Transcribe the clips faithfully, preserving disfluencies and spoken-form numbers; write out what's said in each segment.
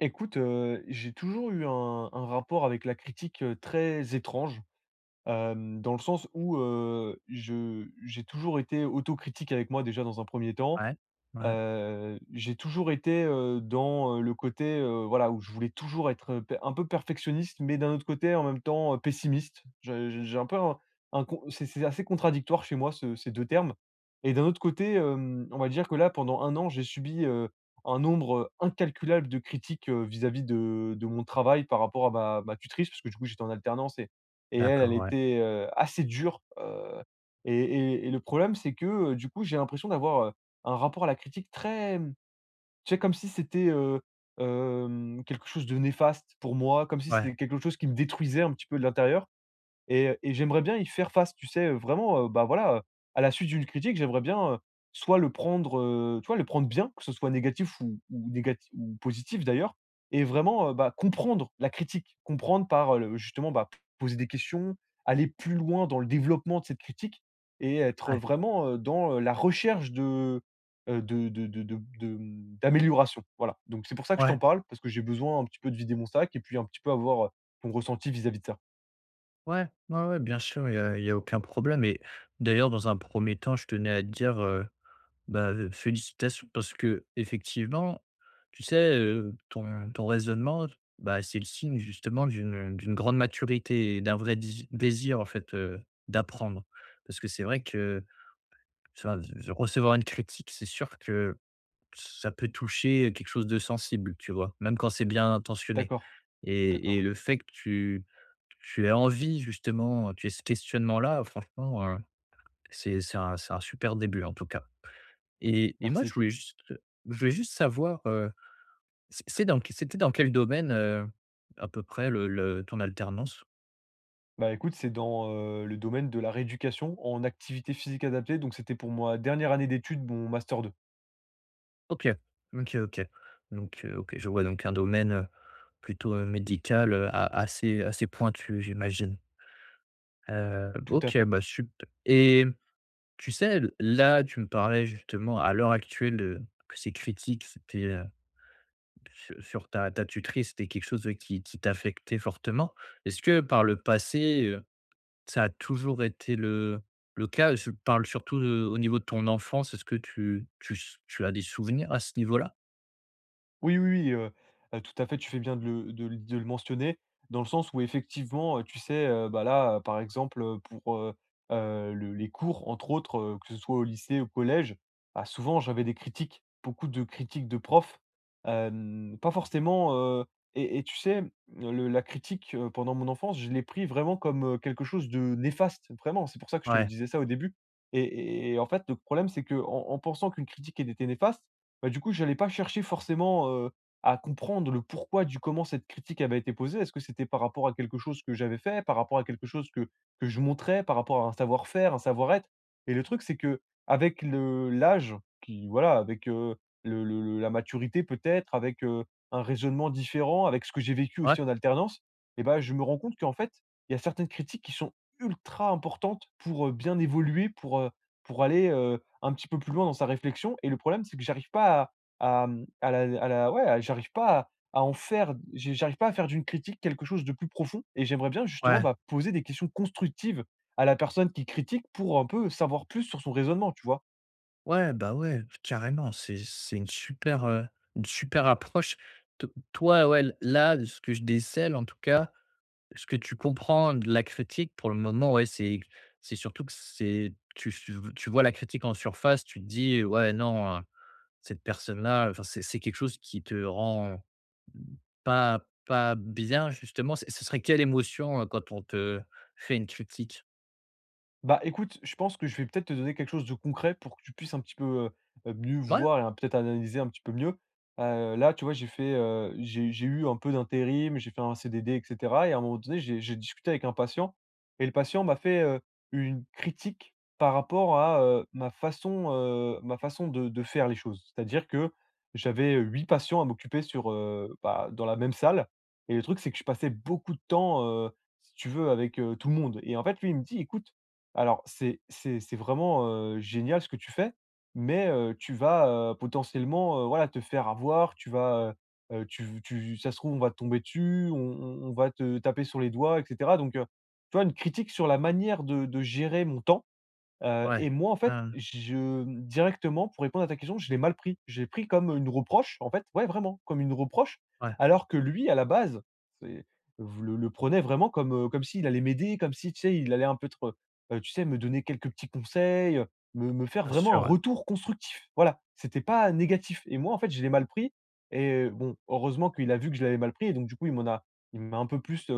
Écoute, heu, j'ai toujours eu un un rapport avec la critique, heu, très étrange, hem, dans le sens où, heu, je j'ai toujours été autocritique avec moi déjà dans un premier temps. Ouais, ouais, Heu, j'ai toujours été, heu, dans, heu, le côté, heu, voilà, où je voulais toujours être, heu, p un peu perfectionniste, mais d'un autre côté, en même temps, heu, pessimiste. Je je j'ai un peu un un con c'est c'est assez contradictoire chez moi ce ces deux termes. Et d'un autre côté, hem, on va dire que là, pendant un an, j'ai subi, heu, un nombre, heu, incalculable de critiques, heu, vis-à-vis de de mon travail par rapport à ma ma tutrice, parce que du coup, j'étais en alternance et et elle, elle d'accord, ouais. était, heu, assez dure, heu et et et le problème, c'est que, heu, du coup, j'ai l'impression d'avoir, heu un rapport à la critique très, mmh, tu sais, comme si c'était, heu, hem, quelque chose de néfaste pour moi, comme si Ouais, c'était quelque chose qui me détruisait un petit peu de l'intérieur. Et et j'aimerais bien y faire face, tu sais? Vraiment, heu, bah, voilà, heu, à la suite d'une critique, j'aimerais bien, heu, soit le prendre, heu, tu vois? Le prendre bien, que ce soit négatif ou ou négati ou positif d'ailleurs. Et vraiment, heu, bah, comprendre la critique. Comprendre par, heu, le justement, bah, poser des questions, aller plus loin dans le développement de cette critique et être ouais, vraiment, heu, dans, heu, la recherche de, heu, de de de de de, mmh, d'amélioration. Voilà, donc c'est pour ça que je ouais, t'en parle, parce que j'ai besoin un petit peu de vider mon sac et puis un petit peu avoir, heu, ton ressenti vis-à-vis de ça. ouais, ouais, ouais, bien sûr, il y a y a aucun problème. Et d'ailleurs, dans un premier temps, je tenais à te dire, heu, bah, heu, félicitations parce que effectivement, tu sais, heu, ton ton raisonnement, bah, c'est le signe justement d'une d'une grande maturité et d'un vrai dési désir, en fait, heu, d'apprendre. Parce que c'est vrai que, enfin, recevoir une critique, c'est sûr que ça peut toucher quelque chose de sensible, tu vois? Même quand c'est bien intentionné. D'accord. Et et D'accord, le fait que tu tu aies envie justement, tu aies ce questionnement-là, franchement, heu, c'est c'est un c'est un super début en tout cas. Et et moi je merci. voulais juste je voulais juste savoir, heu, c'est c'est dans c'était dans quel domaine, heu, à peu près le le ton alternance? Bah, écoute, c'est dans, heu, le domaine de la rééducation en activité physique adaptée, donc c'était pour ma dernière année d'études, mon master deux. OK. OK, OK. Donc heu, OK, je vois donc un domaine, heu, plutôt, heu, médical, heu, a assez assez pointu, j'imagine. Heu, Tout à OK, fait. bah, super. Et tu sais, là, tu me parlais justement à l'heure actuelle, euh, que ces critiques, c'était, euh, su- sur ta, ta tutrice, c'était quelque chose, euh, qui, qui t'affectait fortement. Est-ce que par le passé, ça a toujours été le le cas? Je parle surtout, heu, au niveau de ton enfance. Est-ce que tu tu tu as des souvenirs à ce niveau-là? Oui, oui, oui, heu heu, tout à fait, tu fais bien de le de le de le mentionner, dans le sens où effectivement, heu, tu sais, heu, bah, là, heu, par exemple, heu, pour, heu heu, le les cours entre autres, heu, que ce soit au lycée, au collège, bah, souvent j'avais des critiques, beaucoup de critiques de profs, hem, pas forcément, heu et et tu sais, le la critique, heu, pendant mon enfance, je l'ai pris vraiment comme, heu, quelque chose de néfaste, vraiment. C'est pour ça que je te le Ouais. disais ça au début. Et et et en fait, le problème, c'est que en en pensant qu'une critique était néfaste, bah, du coup, j'allais pas chercher forcément, heu, à comprendre le pourquoi du comment cette critique avait été posée. Est-ce que c'était par rapport à quelque chose que j'avais fait, par rapport à quelque chose que que je montrais, par rapport à un savoir-faire, un savoir-être? Et le truc, c'est qu'avec le l'âge qui, voilà, avec, heu, le le le la maturité peut-être, avec, heu, un raisonnement différent, avec ce que j'ai vécu Ouais, aussi en alternance, et ben, je me rends compte qu'en fait, il y a certaines critiques qui sont ultra importantes pour, heu, bien évoluer, pour, heu, pour aller, heu un petit peu plus loin dans sa réflexion. Et le problème, c'est que j'arrive pas à, à, mmh, à la, à la- ouais, à- j'arrive pas à, à en faire, j'ai- j'arrive pas à faire d'une critique quelque chose de plus profond. Et j'aimerais bien, justement, ouais. bah, poser des questions constructives à la personne qui critique pour un peu savoir plus sur son raisonnement, tu vois. Ouais, bah, ouais, carrément. C'est c'est une super, heu, une super approche. T Toi, ouais, l là, ce que je décèle en tout cas, ce que tu comprends de la critique pour le moment, ouais, c'est c'est surtout que c'est tu tu vois la critique en surface, tu te dis: «Ouais, non, heu, cette personne-là», enfin, c'est c'est quelque chose qui te rend pas pas bien justement. Ce ce serait quelle émotion, heu, quand on te fait une critique? Bah, écoute, je pense que je vais peut-être te donner quelque chose de concret pour que tu puisses un petit peu, heu, heu, mieux Ouais? voir et, hein, peut-être analyser un petit peu mieux. Heu, là, tu vois, j'ai fait, heu, j'ai j'ai eu un peu d'intérim, j'ai fait un C D D et cetera et à un moment donné, j'ai j'ai discuté avec un patient. Et le patient m'a fait, heu, une critique par rapport à, heu, ma façon, heu, ma façon de de faire les choses. C'est-à-dire que j'avais, heu, huit patients à m'occuper sur, heu, bah, dans la même salle, et le truc, c'est que je passais beaucoup de temps, heu, si tu veux, avec, heu, tout le monde. Et en fait, lui, il me dit: «Écoute. Alors, c'est c'est c'est vraiment, heu, génial ce que tu fais, mais heu, tu vas, heu, potentiellement, heu, voilà, te faire avoir, tu vas, heu heu, tu tu ça se trouve, on va te tomber dessus, on on on va te taper sur les doigts et cetera.» Donc, heu, tu vois, une critique sur la manière de de gérer mon temps. Heu Ouais. Et moi, en fait, Mmh, je directement, pour répondre à ta question, je l'ai mal pris. J'ai pris comme une reproche, en fait, ouais, vraiment, comme une reproche, ouais, alors que lui, à la base, c'est le le prenait vraiment comme, heu, comme s'il allait m'aider, comme si, tu sais, il allait un peu être, heu, tu sais, me donner quelques petits conseils, heu, me me faire bien vraiment sûr, un ouais. retour constructif. Voilà, c'était pas négatif et moi, en fait, je l'ai mal pris. Et euh, bon, heureusement qu'il a vu que je l'avais mal pris et donc du coup, il m'en a il m'a un peu plus,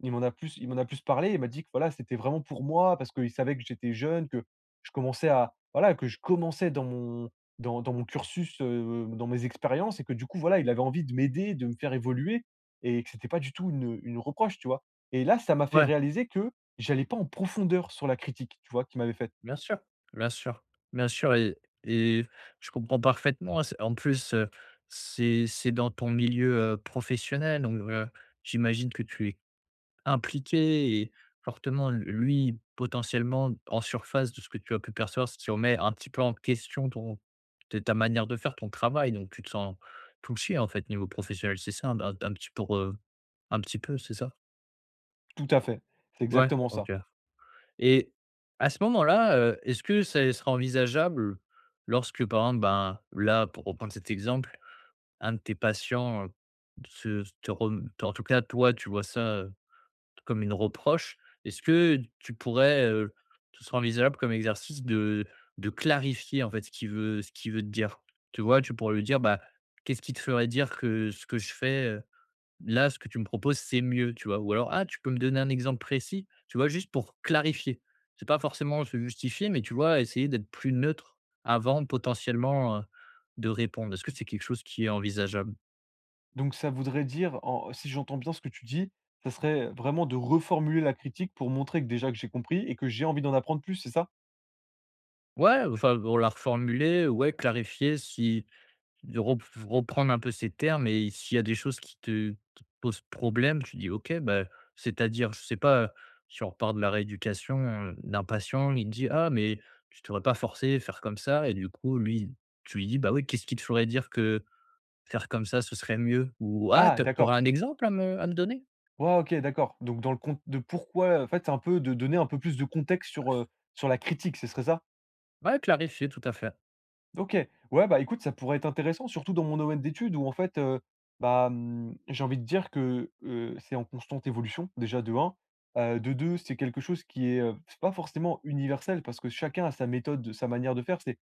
il m'en a plus il m'en a plus parlé, il m'a dit que, voilà, c'était vraiment pour moi parce qu'il savait que j'étais jeune, que je commençais à voilà, que je commençais dans mon dans dans mon cursus, heu, dans mes expériences et que du coup, voilà, il avait envie de m'aider, de me faire évoluer, et que c'était pas du tout une, une reproche, tu vois? Et là, ça m'a fait Ouais. réaliser que j'allais pas en profondeur sur la critique, tu vois, qu'il m'avait faite. Bien sûr, bien sûr, bien sûr. Et et je comprends parfaitement, hein. C'est en plus, heu, c'est c'est dans ton milieu, heu, professionnel, donc heu, j'imagine que tu es impliqué et fortement. Lui, potentiellement, en surface de ce que tu as pu percevoir, se remet un petit peu en question ton t ta manière de faire ton travail, donc tu te sens touché, en fait, niveau professionnel, c'est ça? Un un un petit peu, heu, un petit peu, c'est ça? Tout à fait, c'est Ouais, exactement ça. OK. Et à ce moment-là, heu, est-ce que ça sera envisageable lorsque, par exemple, ben, là, pour reprendre cet exemple, un de tes patients, heu, se te rem en tout cas, toi, tu vois ça, heu, comme une reproche. Est-ce que tu pourrais, heu, ce sera envisageable comme exercice de de clarifier, en fait, ce qu'il veut ce qu'il veut te dire? Tu vois? Tu pourrais lui dire: «Bah, qu'est-ce qui te ferait dire que ce que je fais, euh, là, ce que tu me proposes, c'est mieux, tu vois?» Ou alors: «Ah, tu peux me donner un exemple précis?» Tu vois? Juste pour clarifier. C'est pas forcément se justifier, mais tu vois, essayer d'être plus neutre avant potentiellement, heu, de répondre. Est-ce que c'est quelque chose qui est envisageable? Donc ça voudrait dire, en si j'entends bien ce que tu dis, ça serait vraiment de reformuler la critique pour montrer que déjà que j'ai compris et que j'ai envie d'en apprendre plus, c'est ça? Ouais, enfin, on l'a reformuler, ouais, clarifier. Si De rep Reprendre un peu ses termes et s'il y a des choses qui te te posent problème, tu dis: «OK, bah, c'est-à-dire?» Je sais pas, si on repart de la rééducation, heu, d'un patient, il te dit: «Ah, mais tu t'aurais pas forcé, à faire comme ça», et du coup, lui, tu lui dis: «Bah oui, qu'est-ce qui te ferait dire que faire comme ça, ce serait mieux?» Ou: «Ah, Ah, tu auras d'accord. un exemple à me à me donner?» Ouais, OK, d'accord. Donc dans le compte de pourquoi, en fait, c'est un peu de donner un peu plus de contexte sur, heu, sur la critique, ce serait ça? Ouais, clarifier, tout à fait. OK. Ouais, bah, écoute, ça pourrait être intéressant, surtout dans mon domaine d'études où, en fait, heu, bah, mmh, j'ai envie de dire que, heu, c'est en constante évolution, déjà, de un. Heu, de deux, c'est quelque chose qui est, heu, c'est pas forcément universel parce que chacun a sa méthode, sa manière de faire. C'est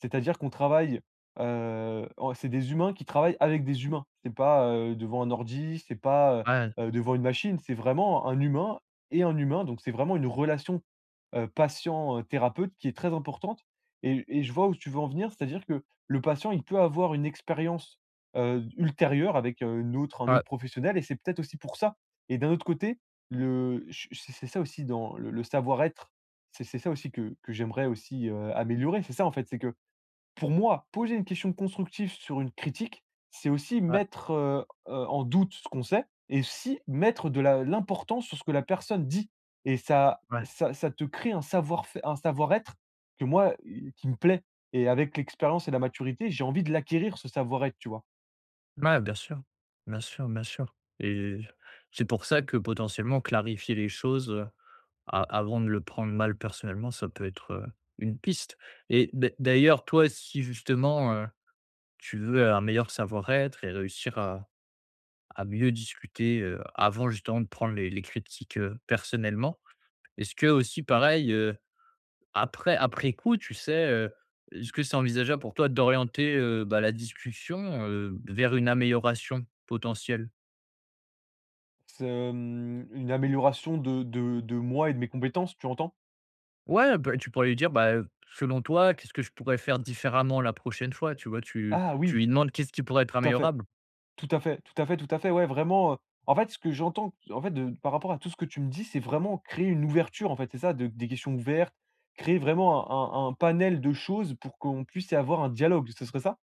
C'est-à-dire qu'on travaille, heu, en c'est des humains qui travaillent avec des humains. C'est pas, heu, devant un ordi, c'est pas, heu Ouais, heu, devant une machine, c'est vraiment un humain et un humain. Donc c'est vraiment une relation, heu, patient, heu, thérapeute qui est très importante. Et et je vois où tu veux en venir, c'est-à-dire que le patient, il peut avoir une expérience, heu, ultérieure avec, heu, une autre un ouais, autre professionnel et c'est peut-être aussi pour ça. Et d'un autre côté, le ch c'est c'est ça aussi dans le le savoir-être, c'est c'est ça aussi que que j'aimerais aussi, heu, améliorer. C'est ça, en fait, c'est que pour moi, poser une question constructive sur une critique, c'est aussi ouais, mettre, heu heu, en doute ce qu'on sait et aussi mettre de la l'importance sur ce que la personne dit, et ça ouais. ça ça te crée un savoir fai un savoir-être que moi, heu, qui me plaît, et avec l'expérience et la maturité, j'ai envie de l'acquérir, ce savoir-être, tu vois? Ouais, bien sûr. Bien sûr, bien sûr. Et c'est pour ça que potentiellement clarifier les choses, A avant de le prendre mal personnellement, ça peut être, heu, une piste. Et d'a d'ailleurs, toi, si justement, heu, tu veux un meilleur savoir-être et réussir à à mieux discuter, heu, avant justement de prendre les les critiques, heu, personnellement, est-ce que aussi pareil, heu, après après coup, tu sais, heu, est-ce que c'est envisageable pour toi d'orienter, heu, bah, la discussion, heu, vers une amélioration potentielle? C'est, hem, une amélioration de de de moi et de mes compétences, tu entends? Ouais, bah, tu pourrais lui dire, bah, «Selon toi, qu'est-ce que je pourrais faire différemment la prochaine fois?» Tu vois? Tu Ah Tu oui, lui demandes qu'est-ce qui pourrait être tout à fait. améliorable? Tout à fait, tout à fait, tout à fait. Ouais, vraiment, heu, en fait, ce que j'entends, en fait, de par rapport à tout ce que tu me dis, c'est vraiment créer une ouverture, en fait, c'est ça? De Des questions ouvertes, créer vraiment un un un panel de choses pour qu'on puisse avoir un dialogue, ce serait ça?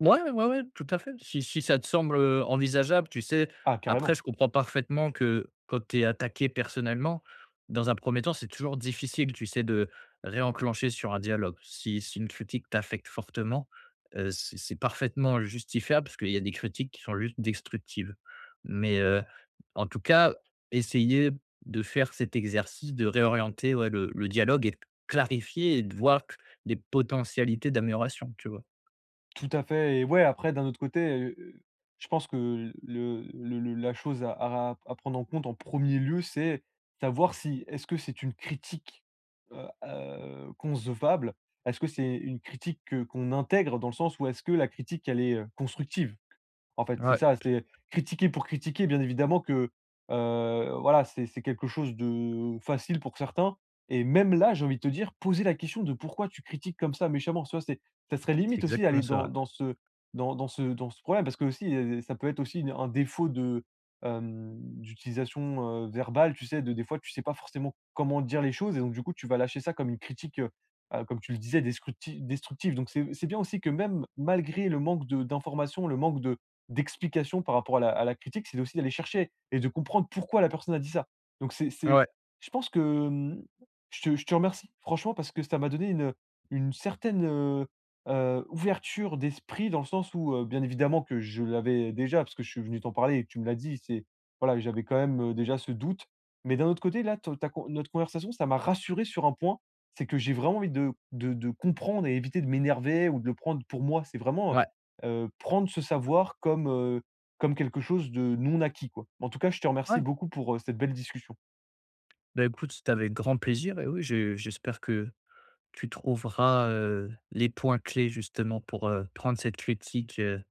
Ouais, ouais, ouais, tout à fait. Si si ça te semble, heu, envisageable, tu sais? Ah, Après, carrément. je comprends parfaitement que quand tu es attaqué personnellement, dans un premier temps, c'est toujours difficile, tu sais? De réenclencher sur un dialogue. Si si une critique t'affecte fortement, heu, c'est c'est parfaitement justifiable parce qu'il y a des critiques qui sont juste destructives. Mais, heu, en tout cas, essayer de faire cet exercice de réorienter, ouais, le le dialogue et de clarifier et de voir q les potentialités d'amélioration, tu vois? Tout à fait. Et ouais, après d'un autre côté, heu, je pense que le le le la chose à à à prendre en compte en premier lieu, c'est savoir si est-ce que c'est une critique, heu heu, concevable? Est-ce que c'est une critique que qu'on intègre dans le sens où est-ce que la critique, elle est, heu, constructive? En fait, c'est Ouais, ça, c'est critiquer pour critiquer, bien évidemment que, heu, voilà, c'est c'est quelque chose de facile pour certains. Et même là, j'ai envie de te dire, poser la question de pourquoi tu critiques comme ça méchamment, tu vois? C'est Ça serait c'est limite aussi exactement d'aller ça, dans ouais. dans ce dans dans ce dans ce problème parce que aussi, heu, ça peut être aussi une un défaut de, hem, d'utilisation, heu, verbale, tu sais? De Des fois, tu sais pas forcément comment dire les choses et donc du coup, tu vas lâcher ça comme une critique, heu, heu, comme tu le disais, destructi destructive. Donc c'est c'est bien aussi que même malgré le manque de d'informations, le manque de d'explication par rapport à la à la critique, c'est aussi d'aller chercher et de comprendre pourquoi la personne a dit ça. Donc c'est c'est Ouais, je pense que, hem, je te je te remercie franchement parce que ça m'a donné une, une certaine, heu heu, ouverture d'esprit dans le sens où, heu, bien évidemment que je l'avais déjà parce que je suis venu t'en parler et que tu me l'as dit, c'est, voilà, j'avais quand même, heu, déjà ce doute. Mais d'un autre côté là, te ta con notre conversation, ça m'a rassuré sur un point, c'est que j'ai vraiment envie de de de comprendre et éviter de m'énerver ou de le prendre pour moi. C'est vraiment, ouais, heu, prendre ce savoir comme, heu, comme quelque chose de non acquis, quoi. En tout cas, je te remercie ouais. beaucoup pour, heu, cette belle discussion. Bah, écoute, c'était avec grand plaisir. Et oui, je j'espère que tu trouveras, heu, les points clés justement pour, heu, prendre cette critique, heu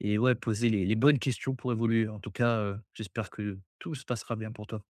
et ouais, poser les les bonnes questions pour évoluer. En tout cas, heu, j'espère que tout se passera bien pour toi.